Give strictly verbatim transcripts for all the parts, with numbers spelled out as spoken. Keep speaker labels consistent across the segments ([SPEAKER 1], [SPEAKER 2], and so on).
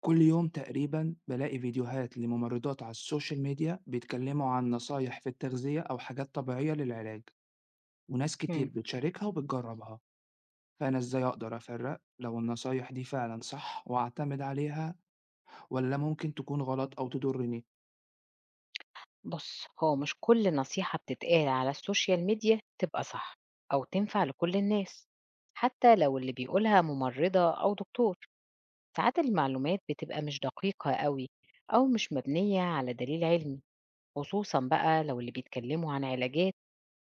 [SPEAKER 1] كل يوم تقريبًا بالاقي فيديوهات لممرضات على السوشيال ميديا بيتكلموا عن نصايح في التغذية أو حاجات طبيعية للعلاج، وناس كتير
[SPEAKER 2] إمم.
[SPEAKER 1] بتشاركها وبتجربها، فأنا إزاي أقدر أفرق لو النصايح دي فعلًا صح وأعتمد عليها والّا ممكن تكون غلط أو تضرني؟
[SPEAKER 2] بُص، هو مش كل نصيحة بتتقال على الSocial media تبقى صح أو تنفع لكل الناس، حتى لو اللي بيقولها ممرضة أو دكتور. ساعات المعلومات بتبقى مش دقيقة أوي أو مش مبنية على دليل علمي، خصوصًا بقى لو اللي بيتكلموا عن علاجات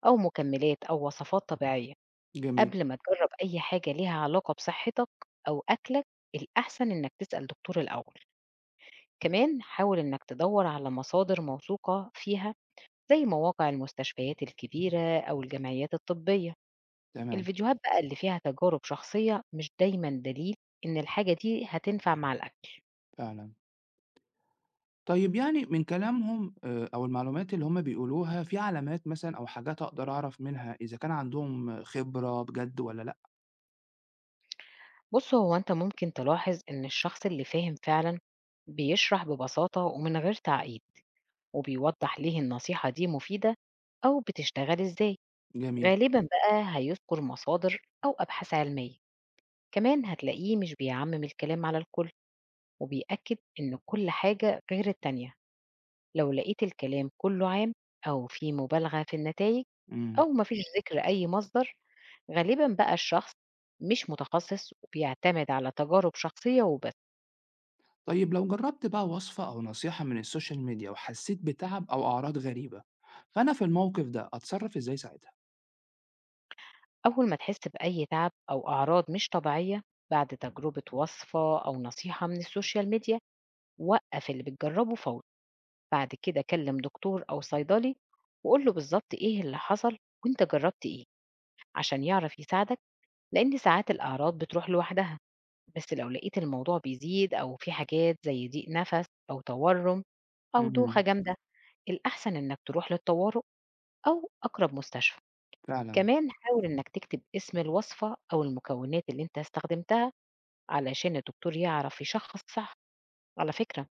[SPEAKER 2] أو مكملات أو وصفات طبيعية.
[SPEAKER 1] جميل،
[SPEAKER 2] قبل ما تجرب أي حاجة ليها علاقة بصحتك أو أكلك، الأحسن إنك تسأل دكتور الأول. كمان حاول إنك تدوّر على مصادر موثوقة فيها زي مواقع المستشفيات الكبيرة أو الجمعيات الطبية.
[SPEAKER 1] تمام،
[SPEAKER 2] الفيديوهات بقى اللي فيها تجارب شخصية مش دايما دليل إن الحاجة دي هتنفع مع الأكل.
[SPEAKER 1] فعلًا. طيب يعني من كلامهم آآ أو المعلومات اللي هم بيقولوها في علامات مثلًا أو حاجات أقدر أعرف منها إذا كان عندهم خبرة بجد والّا لأ؟
[SPEAKER 2] بص، هو أنت ممكن تلاحظ إن الشخص اللي فاهم فعلا بيشرح ببساطة ومن غير تعقيد، وبيوضح ليه النصيحة دي مفيدة أو بتشتغل إزاي.
[SPEAKER 1] جميل،
[SPEAKER 2] غالبا بقى هيذكر مصادر أو أبحاث علمية، كمان هتلاقيه مش بيعمم الكلام على الكل وبيأكد إن كل حاجة غير التانية. لو لقيت الكلام كله عام أو في مبالغة في النتائج أو
[SPEAKER 1] إمم.
[SPEAKER 2] مفيش ذكر أي مصدر، غالبا بقى الشخص مش متخصص وبيعتمد على تجارب شخصية وبس.
[SPEAKER 1] طيب لو جربت بقى وصفة أو نصيحة من السوشيال ميديا وحسيت بتعب أو أعراض غريبة فأنا في الموقف ده أتصرف إزاي ساعتها؟
[SPEAKER 2] أول ما تحس بأي تعب أو أعراض مش طبيعية بعد تجربة وصفة أو نصيحة من السوشيال ميديا، وقف اللي بتجربه فورا. بعد كده كلم دكتور أو صيدلي وقول له بالظبط إيه اللي حصل وأنت جربت إيه، عشان يعرف يساعدك. لأن ساعات الأعراض بتروح لوحدها، بس لو لقيت الموضوع بيزيد أو في حاجات زي ضيق نفس أو تورم أو دوخة
[SPEAKER 1] امم.
[SPEAKER 2] جامدة، الأحسن إنك تروح للطوارئ أو أقرب مستشفى.
[SPEAKER 1] فعلا.
[SPEAKER 2] كمان حاول إنك تكتب اسم الوصفة أو المكونات اللي أنت استخدمتها علشان الدكتور يعرف يشخص صح. على فكرة،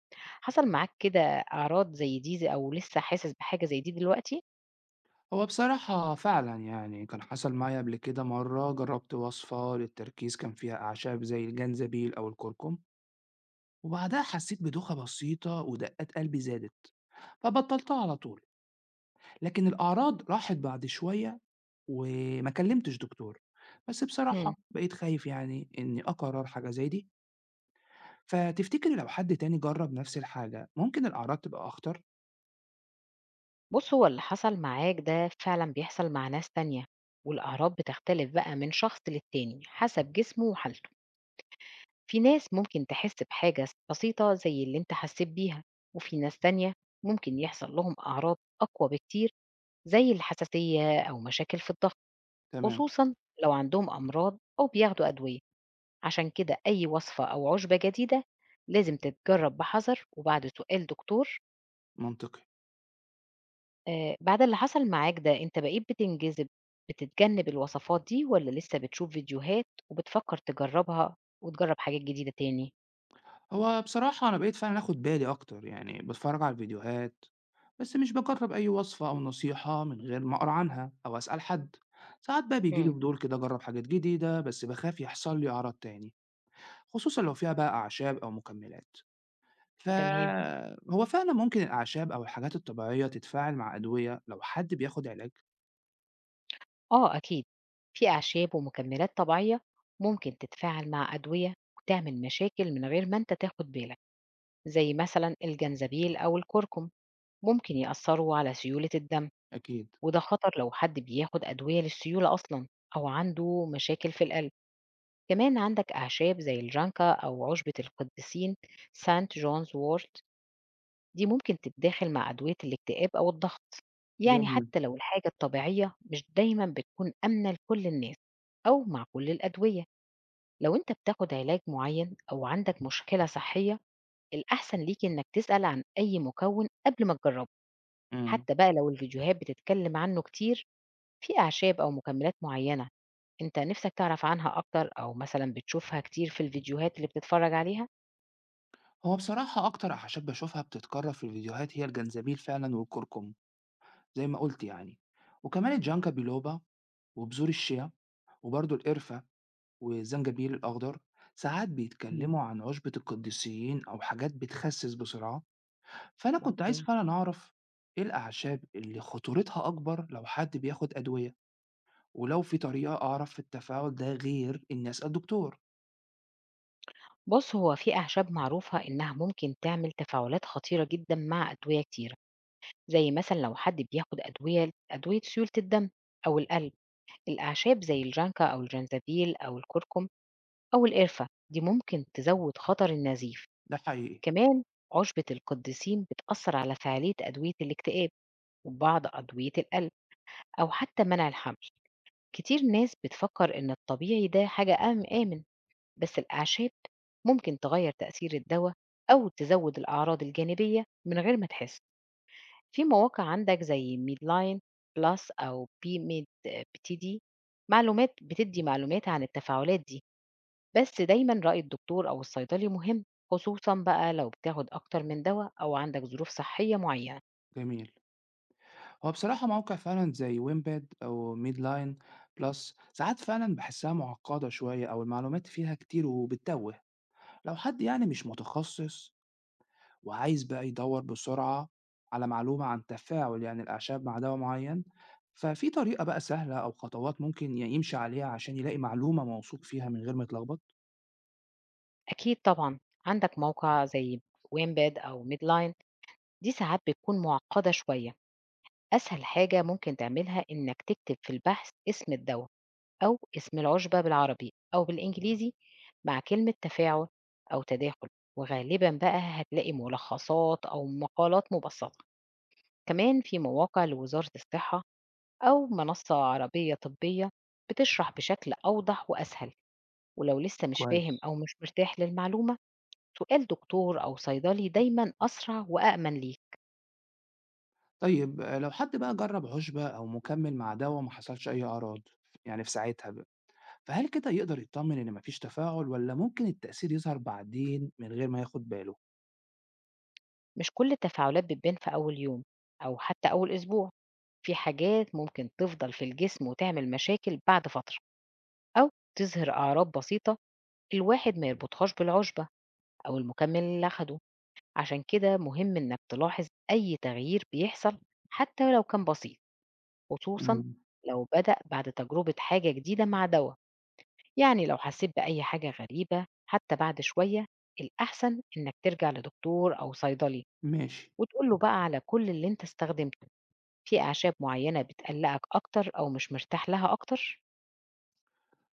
[SPEAKER 2] حصل معاك كده أعراض زي دي أو لسه حاسس بحاجة زي دي دلوقتي؟
[SPEAKER 1] هو بصراحة فعلا يعني كان حصل معايا قبل كده مرة جربت وصفة للتركيز كان فيها أعشاب زي الجنزبيل أو الكركم وبعدها حسيت بدوخة بسيطة ودقات قلبي زادت فبطلتها على طول، لكن الأعراض راحت بعد شوية وما كلمتش دكتور، بس
[SPEAKER 2] مم.
[SPEAKER 1] بصراحة بقيت خايف يعني إني أقرر حاجة زي دي. فتفتكري لو حد تاني جرّب نفس الحاجة، ممكن الأعراض تبقى أخطر؟
[SPEAKER 2] بص، هو اللي حصل معاك ده فعلا بيحصل مع ناس تانية، والأعراض بتختلف بقى من شخص للتاني حسب جسمه وحالته. في ناس ممكن تحس بحاجة بسيطة زي اللي انت حسيت بيها، وفي ناس تانية ممكن يحصل لهم أعراض أقوى بكتير، زي الحساسية أو مشاكل في الضغط.
[SPEAKER 1] تمام،
[SPEAKER 2] خصوصا لو عندهم أمراض أو بياخدوا أدوية. عشان كده أي وصفة أو عشبة جديدة لازم تتجرب بحذر وبعد سؤال دكتور.
[SPEAKER 1] منطقي.
[SPEAKER 2] آه، بعد اللي حصل معاك ده انت بقيت بتنجذب، بتتجنب الوصفات دي ولا لسه بتشوف فيديوهات وبتفكر تجربها وتجرب حاجات جديدة تاني؟
[SPEAKER 1] هو بصراحة أنا بقيت فعلًا آخُد بالي أكتر، يعني باتفرّج على الفيديوهات، بس مش باجرّب أي وصفة أو نصيحة من غير ما أقرا عنها أو أسأل حد. ساعات بقى بييجي لي
[SPEAKER 2] مم.
[SPEAKER 1] فضول كده أجرّب حاجات جديدة، بس باخاف يحصل لي أعراض تاني، خصوصًا لو فيها بقى أعشاب أو مكمّلات.
[SPEAKER 2] تمام.
[SPEAKER 1] فهو فعلًا ممكن الأعشاب أو الحاجات الطبيعية تتفاعل مع أدوية لو حد بياخُد علاج؟
[SPEAKER 2] آه أكيد، في أعشاب ومكملات طبيعية ممكن تتفاعل مع أدوية وتعمل مشاكل من غير ما أنت تاخد بالك. زي مثلا الجنزبيل أو الكركم، ممكن يأثروا على سيولة الدم،
[SPEAKER 1] أكيد.
[SPEAKER 2] وده خطر لو حد بياخد أدوية للسيولة أصلا أو عنده مشاكل في القلب. كمان عندك أعشاب زي الجانكا أو عشبة القديسين، سانت جونز وورت، دي ممكن تتداخل مع أدوية الاكتئاب أو الضغط. يعني
[SPEAKER 1] جميل.
[SPEAKER 2] حتى لو الحاجة الطبيعية مش دايما بتكون آمنة لكل الناس أو مع كل الأدوية، لو أنت بتاخد علاج معين أو عندك مشكلة صحية، الأحسن ليك إنك تسأل عن أي مكون قبل ما تجربه.
[SPEAKER 1] إمم.
[SPEAKER 2] حتى بقى لو الفيديوهات بتتكلم عنه كتير، في أعشاب أو مكملات معينة أنت نفسك تعرف عنها أكتر أو مثلا بتشوفها كتير في الفيديوهات اللي بتتفرج عليها؟
[SPEAKER 1] هو بصراحة أكتر أعشاب بشوفها بتتكرر في الفيديوهات هي الجنزبيل فعلا والكركم، زي ما قلت يعني، وكمان الجانكا بيلوبا وبذور الشيا وبرضه القرفة والزنجبيل الأخضر. ساعات
[SPEAKER 2] مم.
[SPEAKER 1] بيتكلموا عن عشبة القديسيين أو حاجات بتخسس بسرعة. فأنا كنت عايز
[SPEAKER 2] مفهوم.
[SPEAKER 1] فعلا أعرف إيه الأعشاب اللي خطورتها أكبر لو حد بياخد أدوية، ولو في طريقة أعرف التفاعل ده غير إني أسأل دكتور.
[SPEAKER 2] بُص، هو في أعشاب معروفة إنها ممكن تعمل تفاعلات خطيرة جدًا مع أدوية كتيرة، زي مثلًا لو حد بياخد أدوية أدوية سيولة الدم أو القلب، الأعشاب زي الجانكا أو الجنزبيل أو الكركم أو القرفة، دي ممكن تزوّد خطر النزيف.
[SPEAKER 1] ده حقيقي.
[SPEAKER 2] كمان عشبة القدّيسين بتأثّر على فعالية أدوية الاكتئاب وبعض أدوية القلب أو حتى منع الحمل. كتير ناس بتفكّر إن الطبيعي ده حاجة أم آمن، بس الأعشاب ممكن تغير تأثير الدواء أو تزود الأعراض الجانبية من غير ما تحس. في مواقع عندك زي ميدلاين بلس أو بي ميد بتي دي، معلومات بتدي معلومات عن التفاعلات دي، بس دايما رأي الدكتور أو الصيدلي مهم، خصوصا بقى لو بتاخد أكتر من دواء أو عندك ظروف صحية معينة.
[SPEAKER 1] جميل. هو بصراحة موقع فعلًا زي وينباد أو ميدلاين بلس ساعات فعلًا باحسّها معقّدة شوية أو المعلومات فيها كتير وبتتوّه، لو حد يعني مش متخصص وعايز بقى يدوّر بسرعة على معلومة عن تفاعل يعني الأعشاب مع دوا معيّن، ففي طريقة بقى سهلة أو خطوات ممكن ي يمشي عليها عشان يلاقي معلومة موثوق فيها من غير ما يتلخبط؟
[SPEAKER 2] أكيد طبعا. عندك موقع زي وينباد أو ميدلاين، دي ساعات بتكون معقدة شوية. أسهل حاجة ممكن تعملها إنك تكتب في البحث اسم الدواء أو اسم العُشبة بالعربي أو بالإنجليزي مع كلمة تفاعل أو تداخل، وغالبًا بقى هتلاقي ملخصات أو مقالات مبسّطة. كمان في مواقع لوزارة الصحة أو منصة عربية طبية بتشرح بشكل أوضح وأسهل. ولو لسه مش فاهم
[SPEAKER 1] كويس.
[SPEAKER 2] أو مش مرتاح للمعلومة، سؤال دكتور أو صيدلي دايمًا أسرع وأأمن ليك.
[SPEAKER 1] طيب آه، لو حد بقى جرّب عُشبة أو مكمل مع دوا وما حصلش أي أعراض، يعني في ساعتها فهل كده يقدر يطمن إن مفيش تفاعل والّا ممكن التأثير يظهر بعدين من غير ما ياخد باله؟
[SPEAKER 2] مش كل التفاعلات بتبان في أول يوم أو حتى أول أسبوع، في حاجات ممكن تفضل في الجسم وتعمل مشاكل بعد فترة، أو تظهر أعراض بسيطة الواحد ما يربطهاش بالعشبة أو المكمل اللي أخده. عشان كده مهم إنك تلاحظ أي تغيير بيحصل حتى لو كان بسيط، خصوصا
[SPEAKER 1] امم.
[SPEAKER 2] لو بدأ بعد تجربة حاجة جديدة مع دواء. يعني لو حسيت بأي حاجة غريبة حتى بعد شوية، الأحسن إنك ترجع لدكتور أو صيدلي
[SPEAKER 1] ماشي.
[SPEAKER 2] وتقول له بقى على كل اللي أنت استخدمته. في أعشاب معينة بتقلقك أكتر أو مش مرتاح لها أكتر؟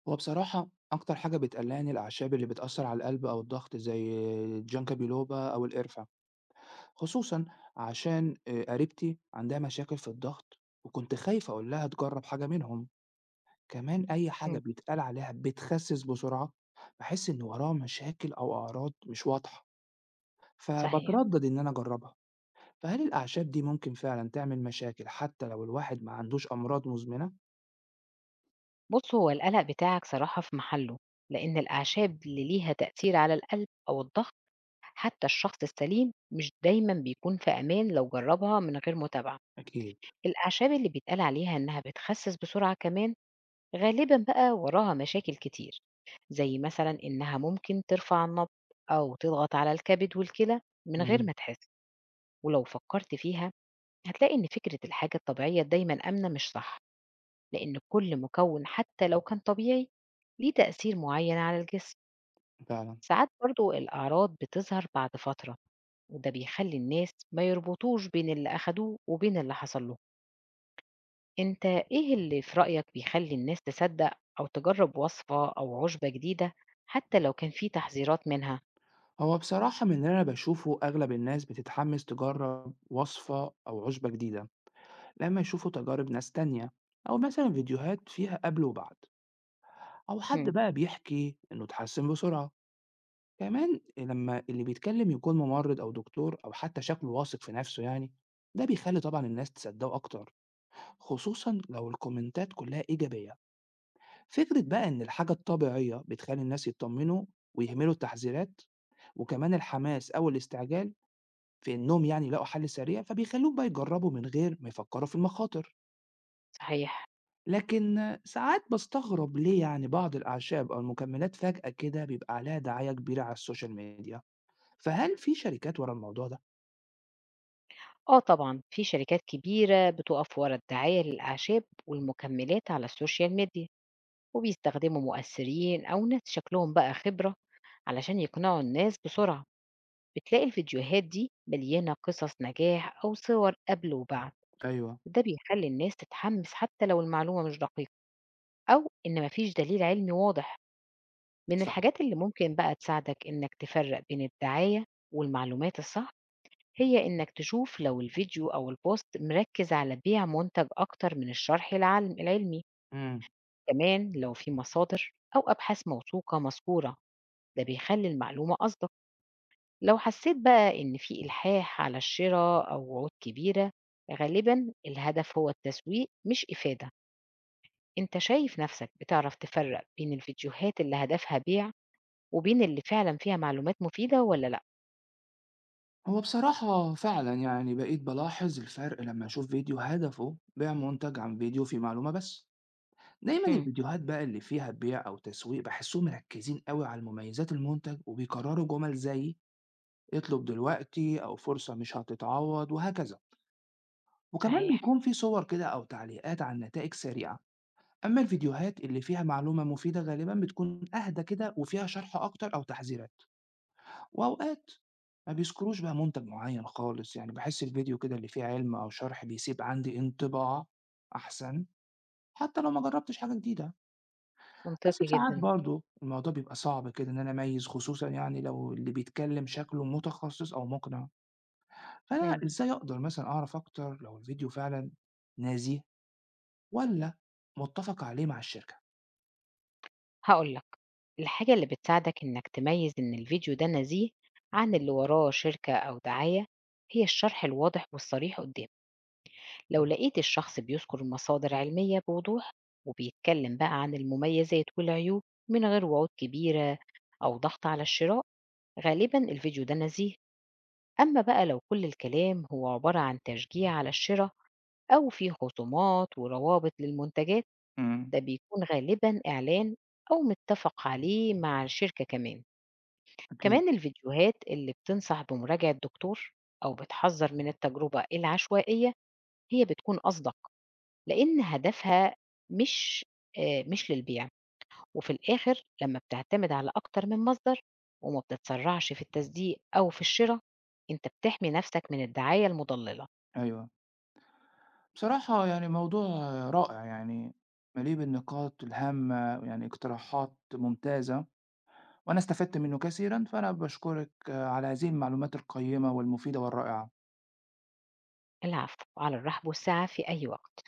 [SPEAKER 1] هو بصراحة أكتر حاجة بتقلقني الأعشاب اللي بتأثر على القلب أو الضغط زي الجانكا بيلوبا أو القرفة، خصوصا عشان آه، قريبتي عندها مشاكل في الضغط وكنت خايف أقول لها تجرب حاجة منهم. كمان أي حاجة
[SPEAKER 2] مم.
[SPEAKER 1] بيتقال عليها بتخسس بسرعة بحس إن وراها مشاكل أو أعراض مش واضحة
[SPEAKER 2] صحيح.
[SPEAKER 1] فبتردد إن أنا أجربها. فهل الأعشاب دي ممكن فعلًا تعمل مشاكل حتى لو الواحد ما عندوش أمراض مزمنة؟
[SPEAKER 2] بُص، هو القلق بتاعك صراحة في محله، لإن الأعشاب اللي ليها تأثير على القلب أو الضغط، حتى الشخص السليم مش دايمًا بيكون في أمان لو جرّبها من غير متابعة.
[SPEAKER 1] أكيد.
[SPEAKER 2] الأعشاب اللي بيتقال عليها إنها بتخسِّس بسرعة كمان غالبًا بقى وراها مشاكل كتير، زي مثلًا إنها ممكن ترفع النبض أو تضغط على الكبد والكلى من غير
[SPEAKER 1] إمم،
[SPEAKER 2] ما تحس. ولو فكّرت فيها هتلاقي إن فكرة الحاجة الطبيعية دايمًا آمنة مش صح، لأن كل مكون حتى لو كان طبيعي ليه تأثير معين على الجسم.
[SPEAKER 1] فعلًا.
[SPEAKER 2] ساعات برضو الأعراض بتظهر بعد فترة، وده بيخلي الناس ما يربطوش بين اللي أخدوه وبين اللي حصل له. أنت إيه اللي في رأيك بيخلي الناس تصدق أو تجرب وصفة أو عشبة جديدة حتى لو كان في تحذيرات منها؟
[SPEAKER 1] هو بصراحة من اللي أنا باشوفه أغلب الناس بتتحمس تجرب وصفة أو عُشبة جديدة لما يشوفوا تجارب ناس تانية أو مثلًا فيديوهات فيها قبل وبعد أو حد
[SPEAKER 2] هم.
[SPEAKER 1] بقى بيحكي إنه اتحسن بسرعة. كمان لما اللي بيتكلم يكون ممرض أو دكتور أو حتى شكله واثق في نفسه يعني، ده بيخلي طبعًا الناس تصدقه أكتر، خصوصًا لو الكومنتات كلها إيجابية. فكرة بقى إن الحاجة الطبيعية بتخلّي الناس يتطمنوا ويهملوا التحذيرات، وكمان الحماس أو الاستعجال في إنهم يعني يلاقوا حل سريع، فبيخلّيهم بقى يجرّبوا من غير ما يفكّروا في المخاطر.
[SPEAKER 2] صحيح.
[SPEAKER 1] لكن ساعات باستغرب ليه يعني بعض الأعشاب أو المكملات فجأة كده بيبقى عليها دعاية كبيرة على السوشيال ميديا، فهل في شركات ورا الموضوع ده؟
[SPEAKER 2] آه طبعا في شركات كبيرة بتقف ورا الدعاية للأعشاب والمكملات على السوشيال ميديا، وبيستخدموا مؤثرين أو ناس شكلهم بقى خبرة علشان يقنعوا الناس بسرعة. بتلاقي الفيديوهات دي مليانة قصص نجاح أو صور قبل وبعد،
[SPEAKER 1] أيوه.
[SPEAKER 2] وده بيخلي الناس تتحمس حتى لو المعلومة مش دقيقة أو إن مفيش دليل علمي واضح. من
[SPEAKER 1] صح.
[SPEAKER 2] الحاجات اللي ممكن بقى تساعدك إنك تفرق بين الدعاية والمعلومات الصح، هي إنك تشوف لو الفيديو أو البوست مركز على بيع منتج أكتر من الشرح العلم العلمي.
[SPEAKER 1] إمم.
[SPEAKER 2] كمان لو في مصادر أو أبحاث موثوقة مذكورة، ده بيخلي المعلومة أصدق. لو حسيت بقى إن في إلحاح على الشراء أو وعود كبيرة، غالبا الهدف هو التسويق مش إفادة. أنت شايف نفسك بتعرف تفرق بين الفيديوهات اللي هدفها بيع وبين اللي فعلا فيها معلومات مفيدة ولا لأ؟
[SPEAKER 1] هو بصراحة فعلًا يعني بقيت بالاحظ الفرق لمّا أشوف فيديو هدفه بيع منتج عن فيديو فيه معلومة بس. دايما
[SPEAKER 2] مم.
[SPEAKER 1] الفيديوهات بقى اللي فيها بيع أو تسويق بحسهم مركزين قوي على المميزات المنتج وبيكرروا جمل زي اطلب دلوقتي أو فرصة مش هتتعوض وهكذا، وكمان
[SPEAKER 2] صحيح.
[SPEAKER 1] بيكون في صور كده أو تعليقات عن نتائج سريعة. أما الفيديوهات اللي فيها معلومة مفيدة غالبا بتكون أهدى كده وفيها شرح أكتر أو تحذيرات، وأوقات ما بيذكروش بقى منتج معين خالص، يعني بحس الفيديو كده اللي فيه علم أو شرح بيسيب عندي انطباع أحسن حتى لو ما جربتش حاجة جديدة. بس
[SPEAKER 2] منطقي
[SPEAKER 1] ساعات
[SPEAKER 2] جدا.
[SPEAKER 1] برضه الموضوع بيبقى صعب كده إن أنا أميّز، خصوصًا يعني لو اللي بيتكلّم شكله متخصص أو مقنع، فأنا
[SPEAKER 2] مم.
[SPEAKER 1] إزاي أقدر مثلًا أعرف أكتر لو الفيديو فعلًا نزيه والّا متّفق عليه مع الشركة؟
[SPEAKER 2] هقولك، الحاجة اللي بتساعدك إنك تميز إن الفيديو ده نزيه عن اللي وراه شركة أو دعاية، هي الشرح الواضح والصريح قدامك. لو لقيت الشخص بيذكر مصادر علمية بوضوح وبيتكلم بقى عن المميزات والعيوب من غير وعود كبيرة أو ضغط على الشراء، غالبا الفيديو ده نزيه. أما بقى لو كل الكلام هو عبارة عن تشجيع على الشراء أو فيه خصومات وروابط للمنتجات،
[SPEAKER 1] إمم.
[SPEAKER 2] ده بيكون غالبا إعلان أو متفق عليه مع الشركة. كمان
[SPEAKER 1] أكيد،
[SPEAKER 2] كمان الفيديوهات اللي بتنصح بمراجعة دكتور أو بتحذر من التجربة العشوائية، هي بتكون أصدق، لإن هدفها مش آآ مش للبيع. وفي الآخر لمّا بتعتمد على أكتر من مصدر وما بتتسرّعش في التصديق أو في الشرا، أنت بتحمي نَفْسك من الدعاية المُضلِّلة.
[SPEAKER 1] أيوه. بصراحة يعني موضوع رائع، يعني مليء بالنقاط الهامة ويعني اقتراحات ممتازة، وأنا استفدت منّه كثيرًا، فأنا باشكرِك على هذه المعلومات القيّمة والمفيدة والرائعة.
[SPEAKER 2] العفو، على الرحب والسعة في أي وقت.